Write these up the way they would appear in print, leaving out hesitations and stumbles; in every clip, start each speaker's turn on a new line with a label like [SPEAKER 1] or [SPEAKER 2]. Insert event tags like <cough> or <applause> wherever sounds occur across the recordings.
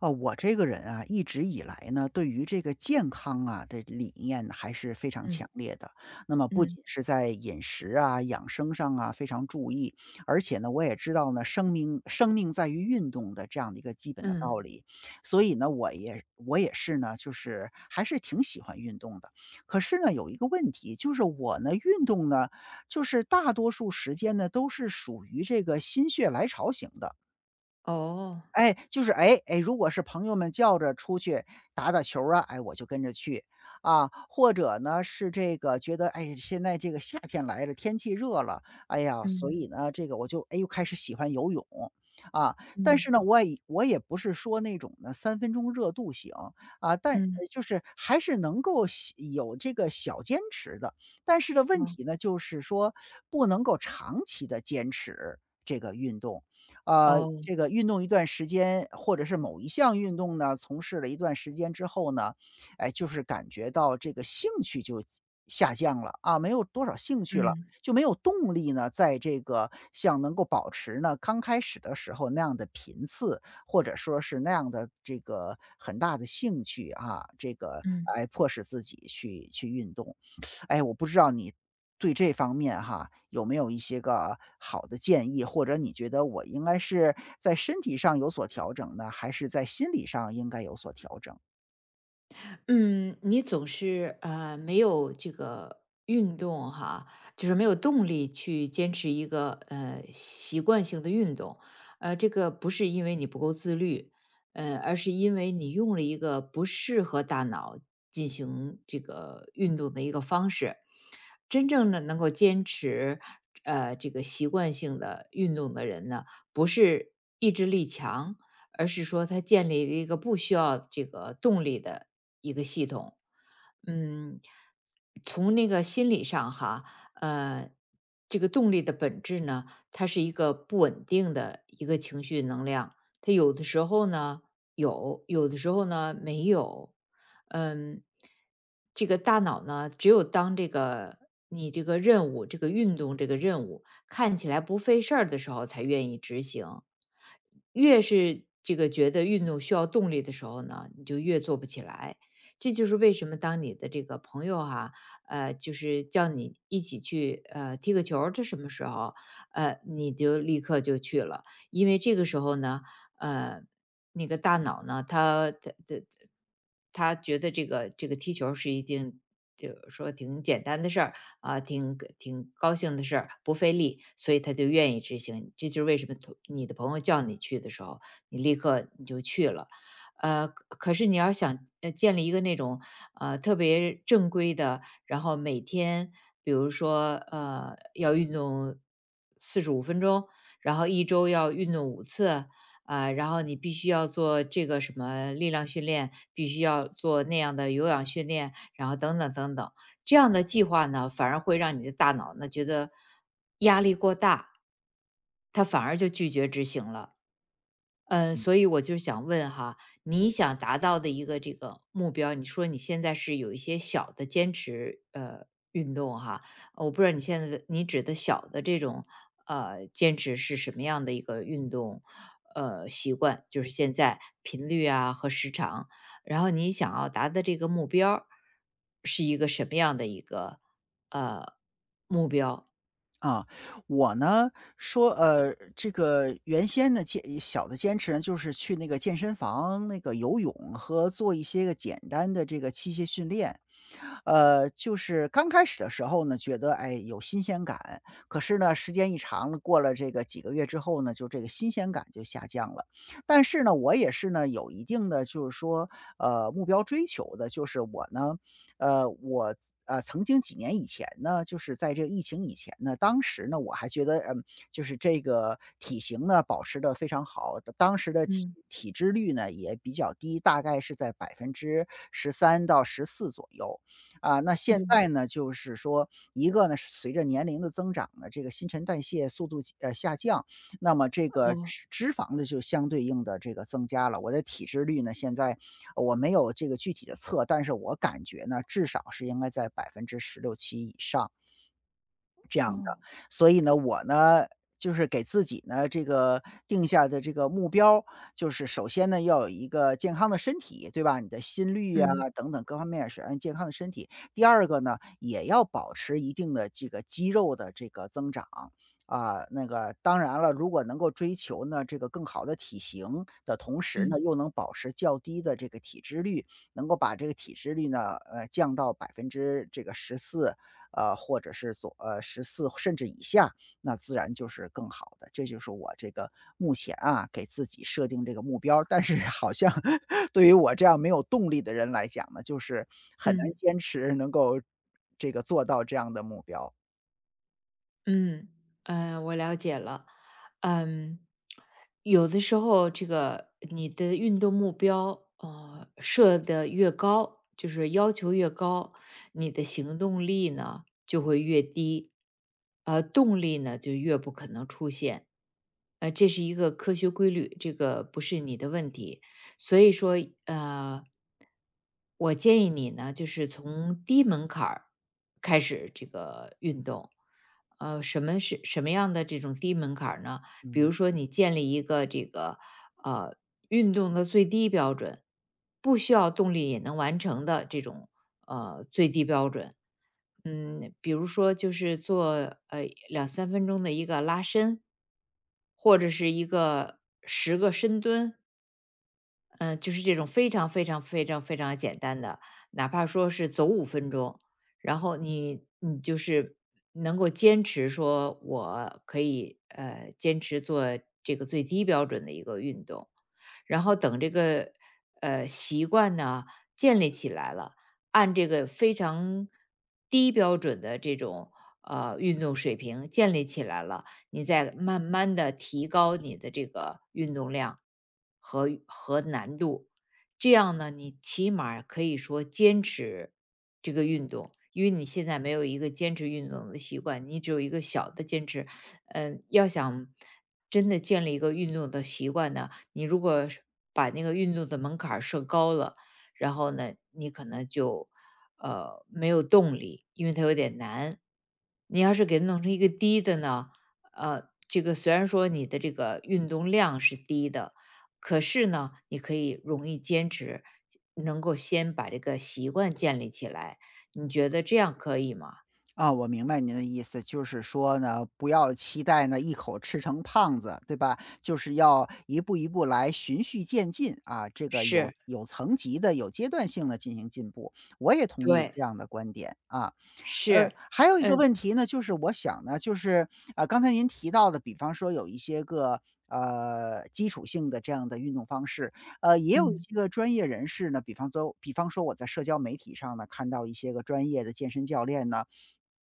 [SPEAKER 1] 哦，我这个人啊，一直以来呢，对于这个健康啊的理念还是非常
[SPEAKER 2] 嗯
[SPEAKER 1] 强烈的。那么不
[SPEAKER 2] 嗯
[SPEAKER 1] 仅是在饮食啊、养生上啊非常注意，而且呢，我也知道呢，生命在于运动的这样的一个基本的
[SPEAKER 2] 嗯，
[SPEAKER 1] 道理。所以呢，我也是呢，就是还是挺喜欢运动的。可是呢，有一个问题，就是我呢运动呢，就是大多数时间呢都是属于这个心血来潮型的。
[SPEAKER 2] 哦，
[SPEAKER 1] 哎，就是如果是朋友们叫着出去打打球儿啊，哎，我就跟着去啊。或者呢是这个觉得哎，现在这个夏天来了，天气热了，哎呀，所
[SPEAKER 2] 嗯
[SPEAKER 1] 以呢，这个我就哎又开始喜欢游泳啊。但是
[SPEAKER 2] 嗯
[SPEAKER 1] 呢，我也不是说那种呢三分钟热度型啊，但
[SPEAKER 2] 嗯，
[SPEAKER 1] 就是还是能够喜有这个小坚持的。但是的问
[SPEAKER 2] 哦
[SPEAKER 1] 题呢，就是说不能够长期的坚持这个运动。
[SPEAKER 2] 哦，
[SPEAKER 1] 这个运动一段时间，或者是某一项运动呢，从事了一段时间之后呢，哎，就是感觉到这个兴趣就下降了啊，没有多少兴趣了，
[SPEAKER 2] 嗯
[SPEAKER 1] 就没有动力呢，在这个像能够保持呢刚开始的时候那样的频次，或者说是那样的这个很大的兴趣啊，这个
[SPEAKER 2] 嗯。
[SPEAKER 1] 来迫使自己去运动。哎，我不知道你对这方面哈，有没有一些个好的建议，或者你觉得我应该是在身体上有所调整呢，还是在心理上应该有所调整？
[SPEAKER 2] 嗯，你总是没有这个运动哈，就是没有动力去坚持一个习惯性的运动，这个不是因为你不够自律，而是因为你用了一个不适合大脑进行这个运动的一个方式。真正的能够坚持这个习惯性的运动的人呢，不是意志力强，而是说它建立了一个不需要这个动力的一个系统。嗯，从那个心理上哈，呃，这个动力的本质呢，它是一个不稳定的一个情绪能量，它有的时候呢有，有的时候呢没有。嗯，这个大脑呢，只有当这个你这个任务、这个运动、这个任务看起来不费事儿的时候，才愿意执行。越是这个觉得运动需要动力的时候呢，你就越做不起来。这就是为什么当你的这个朋友哈、就是叫你一起去踢个球儿这什么时候，你就立刻就去了，因为这个时候呢，呃，那个大脑呢，它觉得这个踢球儿是一定就是说挺简单的事儿啊，挺高兴的事儿，不费力，所以他就愿意执行。这就是为什么同你的朋友叫你去的时候，你立刻就去了。可是你要想建立一个那种特别正规的，然后每天比如说要运动45分钟，然后一周要运动5次，啊、然后你必须要做这个什么力量训练，必须要做那样的有氧训练，然后等等，这样的计划呢，反而会让你的大脑呢觉得压力过大，它反而就拒绝执行了。嗯，所以我就想问哈，你想达到的一个这个目标，你说你现在是有一些小的坚持运动哈，我不知道你现在的你指的小的这种坚持是什么样的一个运动习惯，就是现在频率啊和时长，然后你想要达的这个目标儿是一个什么样的一个呃目标？
[SPEAKER 1] 啊，我呢说，这个原先呢小的坚持呢，就是去那个健身房那个游泳和做一些个简单的这个器械训练。就是刚开始的时候呢，觉得哎有新鲜感，可是呢，时间一长了，过了这个几个月之后呢，就这个新鲜感就下降了。但是呢，我也是呢有一定的就是说目标追求的，就是我呢，我曾经几年以前呢，就是在这个疫情以前呢，当时呢我还觉得嗯，就是这个体型呢保持的非常好，当时的体。
[SPEAKER 2] 嗯
[SPEAKER 1] 体脂率呢也比较低，大概是在13%到14%左右。啊，那现
[SPEAKER 2] 嗯
[SPEAKER 1] 在呢，就是说一个呢，是随着年龄的增长呢，这个新陈代谢速度下降，那么这个
[SPEAKER 2] 哦
[SPEAKER 1] 脂肪呢就相对应的这个增加了。我的体脂率呢，现在我没有这个具体的测，但是我感觉呢，至少是应该在16%、17%以上。
[SPEAKER 2] 哦，
[SPEAKER 1] 所以呢，我呢，就是给自己呢，这个定下的这个目标，就是首先呢，要有一个健康的身体，对吧？你的心率呀、
[SPEAKER 2] 嗯
[SPEAKER 1] 等等各方面是按健康的身体。第二个呢，也要保持一定的这个肌肉的这个增长。啊，那个当然了，如果能够追求呢这个更好的体型的同时呢，
[SPEAKER 2] 嗯
[SPEAKER 1] 又能保持较低的这个体脂率，能够把这个体脂率呢，降到百分之这个14，或者是十四甚至以下，那自然就是更好的。这就是我这个目前啊，给自己设定这个目标儿但是好像 <laughs> 对于我这样没有动力的人来讲呢，就是很难
[SPEAKER 2] 嗯。
[SPEAKER 1] 坚持能够这个做到这样的目标，
[SPEAKER 2] 嗯，我了解了。嗯，有的时候这个你的运动目标，设的越高，就是要求越高，你的行动力呢就会越低，动力呢就越不可能出现。这是一个科学规律，这个不是你的问题。所以说，呃，我建议你呢，就是从低门槛儿开始这个运动。什么样的这种低门槛儿呢？比
[SPEAKER 1] 嗯。
[SPEAKER 2] 如说，你建立一个这个呃运动的最低标准，不需要动力也能完成的这种最低标准。嗯，比如说就是做两三分钟的一个拉伸，或者是一个10个深蹲，嗯，就是这种非常非常非常非常简单的，哪怕说是走五分钟，然后你就是能够坚持说，我可以坚持做这个最低标准的一个运动，然后等这个习惯呢建立起来了，按这个非常低标准的这种运动水平建立起来了。你再慢慢的提高你的这个运动量和难度。这样呢，你起码儿可以说坚持这个运动，因为你现在没有一个坚持运动的习惯，你只有一个小的坚持。嗯，要想真的建立一个运动的习惯呢，你如果是把那个运动的门槛儿设高了，然后呢，你可能就没有动力，因为它有点难。你要是给它弄成一个低的呢，这个虽然说你的这个运动量是低的，可是呢，你可以容易坚持，能够先把这个习惯建立起来。你觉得这样可以吗？
[SPEAKER 1] 啊，我明白您的意思，就是说呢，不要期待呢一口吃成胖子，对吧？就是要一步一步来，循序渐进啊，这个有
[SPEAKER 2] 是，
[SPEAKER 1] 有层级的、有阶段性的进行进步。我也同意
[SPEAKER 2] 对，
[SPEAKER 1] 这样的观点啊。呃，
[SPEAKER 2] 是，
[SPEAKER 1] 还有一个
[SPEAKER 2] 嗯
[SPEAKER 1] 问题呢，就是我想呢，就是啊、刚才您提到的，比方说有一些个。基础性的这样的运动方式，也有一
[SPEAKER 2] 嗯
[SPEAKER 1] 些个专业人士呢，比方说，比方说我在社交媒体上呢看到一些个专业的健身教练呢，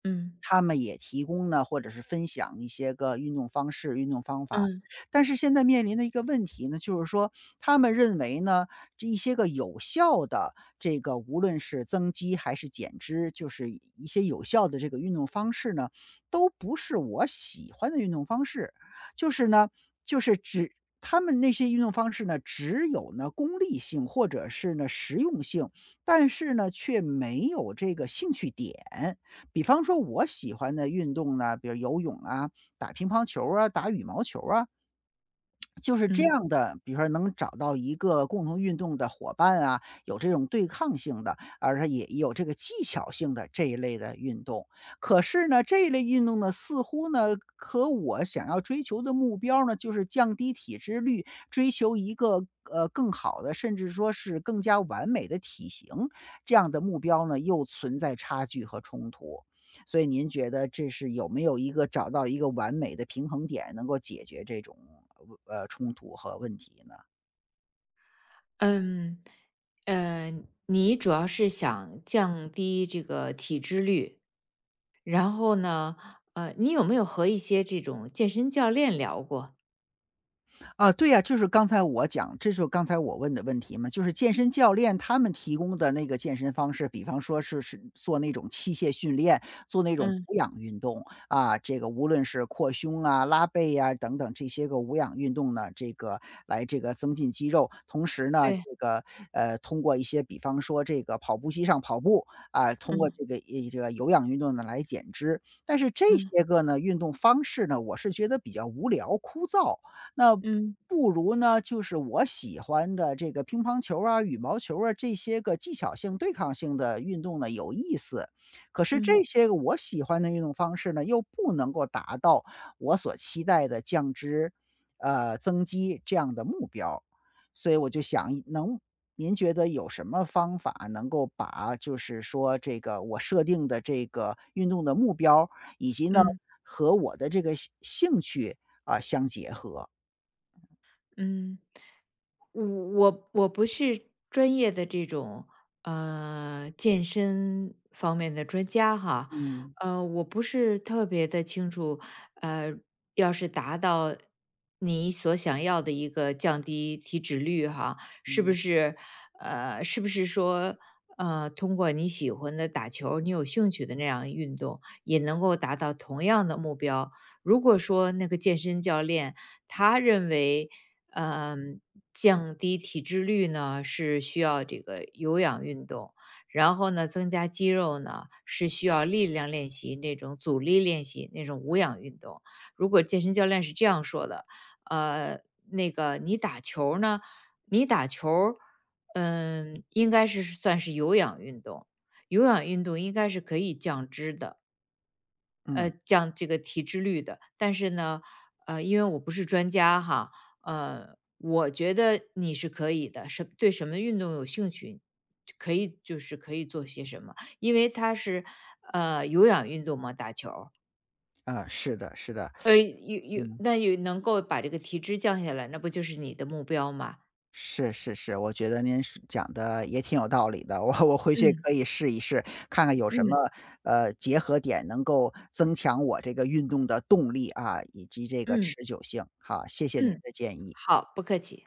[SPEAKER 2] 嗯
[SPEAKER 1] 他们也提供呢，或者是分享一些个运动方式、运动方法。
[SPEAKER 2] 嗯
[SPEAKER 1] 但是现在面临的一个问题呢，就是说他们认为呢，这一些个有效的这个无论是增肌还是减脂，就是一些有效的这个运动方式呢，都不是我喜欢的运动方式。就是呢，就是只他们那些运动方式呢，只有呢功利性或者是呢实用性，但是呢却没有这个兴趣点。比方说我喜欢的运动呢，比如游泳啊、打乒乓球啊、打羽毛球啊，就是这
[SPEAKER 2] 嗯
[SPEAKER 1] 样的，比如说能找到一个共同运动的伙伴啊，有这种对抗性的，而且也有这个技巧性的这一类的运动。可是呢，这一类运动呢，似乎呢和我想要追求的目标呢，就是降低体脂率，追求一个更好的，甚至说是更加完美的体型，这样的目标呢，又存在差距和冲突。所以您觉得这是有没有一个找到一个完美的平衡点，能够解决这种，冲突和问题呢？
[SPEAKER 2] 嗯，呃，你主要是想降低这个体脂率，然后呢，你有没有和一些这种健身教练聊过？
[SPEAKER 1] 啊，对呀，就是刚才我讲，这就是刚才我问的问题嘛，就是健身教练他们提供的那个健身方式，比方说是做那种器械训练，做那种
[SPEAKER 2] 嗯，
[SPEAKER 1] 无氧运动啊，这个无论是扩胸啊、拉背呀、等等这些个无氧运动呢，这个来这个增进肌肉，同时呢，这
[SPEAKER 2] 对，
[SPEAKER 1] 个通过一些比方说这个跑步机上跑步啊，通过
[SPEAKER 2] 嗯
[SPEAKER 1] 这个这个有氧运动呢来减脂，但是这
[SPEAKER 2] 嗯
[SPEAKER 1] 些个呢运动方式呢，我是觉得比较无聊枯燥，那。
[SPEAKER 2] 嗯。
[SPEAKER 1] 不如呢，就是我喜欢的这个乒乓球啊、羽毛球啊，这些个技巧性、对抗性的运动呢有意思。可是
[SPEAKER 2] 嗯
[SPEAKER 1] 这些个我喜欢的运动方式呢，又不能够达到我所期待的降脂、增肌这样的目标。所以我就想，您觉得有什么方法能够把就是说这个我设定的这个运动的目标，以及呢
[SPEAKER 2] 嗯，
[SPEAKER 1] 和我的这个兴趣啊相结合？
[SPEAKER 2] 嗯，我我不是专业的这种健身方面的专家哈，
[SPEAKER 1] 嗯。
[SPEAKER 2] 我不是特别的清楚，呃，要是达到你所想要的一个降低体脂率哈，是不
[SPEAKER 1] 嗯
[SPEAKER 2] 是是不是说通过你喜欢的打球儿你有兴趣的那样运动，也能够达到同样的目标？如果说那个健身教练他认为嗯，降低体脂率呢是需要这个有氧运动，然后呢增加肌肉呢是需要力量练习那种阻力练习那种无氧运动。如果健身教练是这样说的，呃，那个你打球儿呢，你打球儿嗯，应该是算是有氧运动，有氧运动应该是可以降脂的。
[SPEAKER 1] 嗯，
[SPEAKER 2] 降这个体脂率的。但是呢，因为我不是专家哈，我觉得你是可以的，对什么运动有兴趣，可以就是可以做些什么，因为它是有氧运动嘛，打球儿
[SPEAKER 1] 啊，是的，是的，
[SPEAKER 2] 有有
[SPEAKER 1] 嗯，
[SPEAKER 2] 那有能够把这个体脂降下来，那不就是你的目标吗？
[SPEAKER 1] 是是是，我觉得您是讲的也挺有道理的，<laughs> 我回去
[SPEAKER 2] 嗯
[SPEAKER 1] 可以试一试，看看有什么
[SPEAKER 2] 嗯
[SPEAKER 1] 结合点能够增强我这个运动的动力啊，以及这个
[SPEAKER 2] 嗯
[SPEAKER 1] 持久性。好，谢谢您
[SPEAKER 2] 嗯，
[SPEAKER 1] 的建议。
[SPEAKER 2] 好，不客气。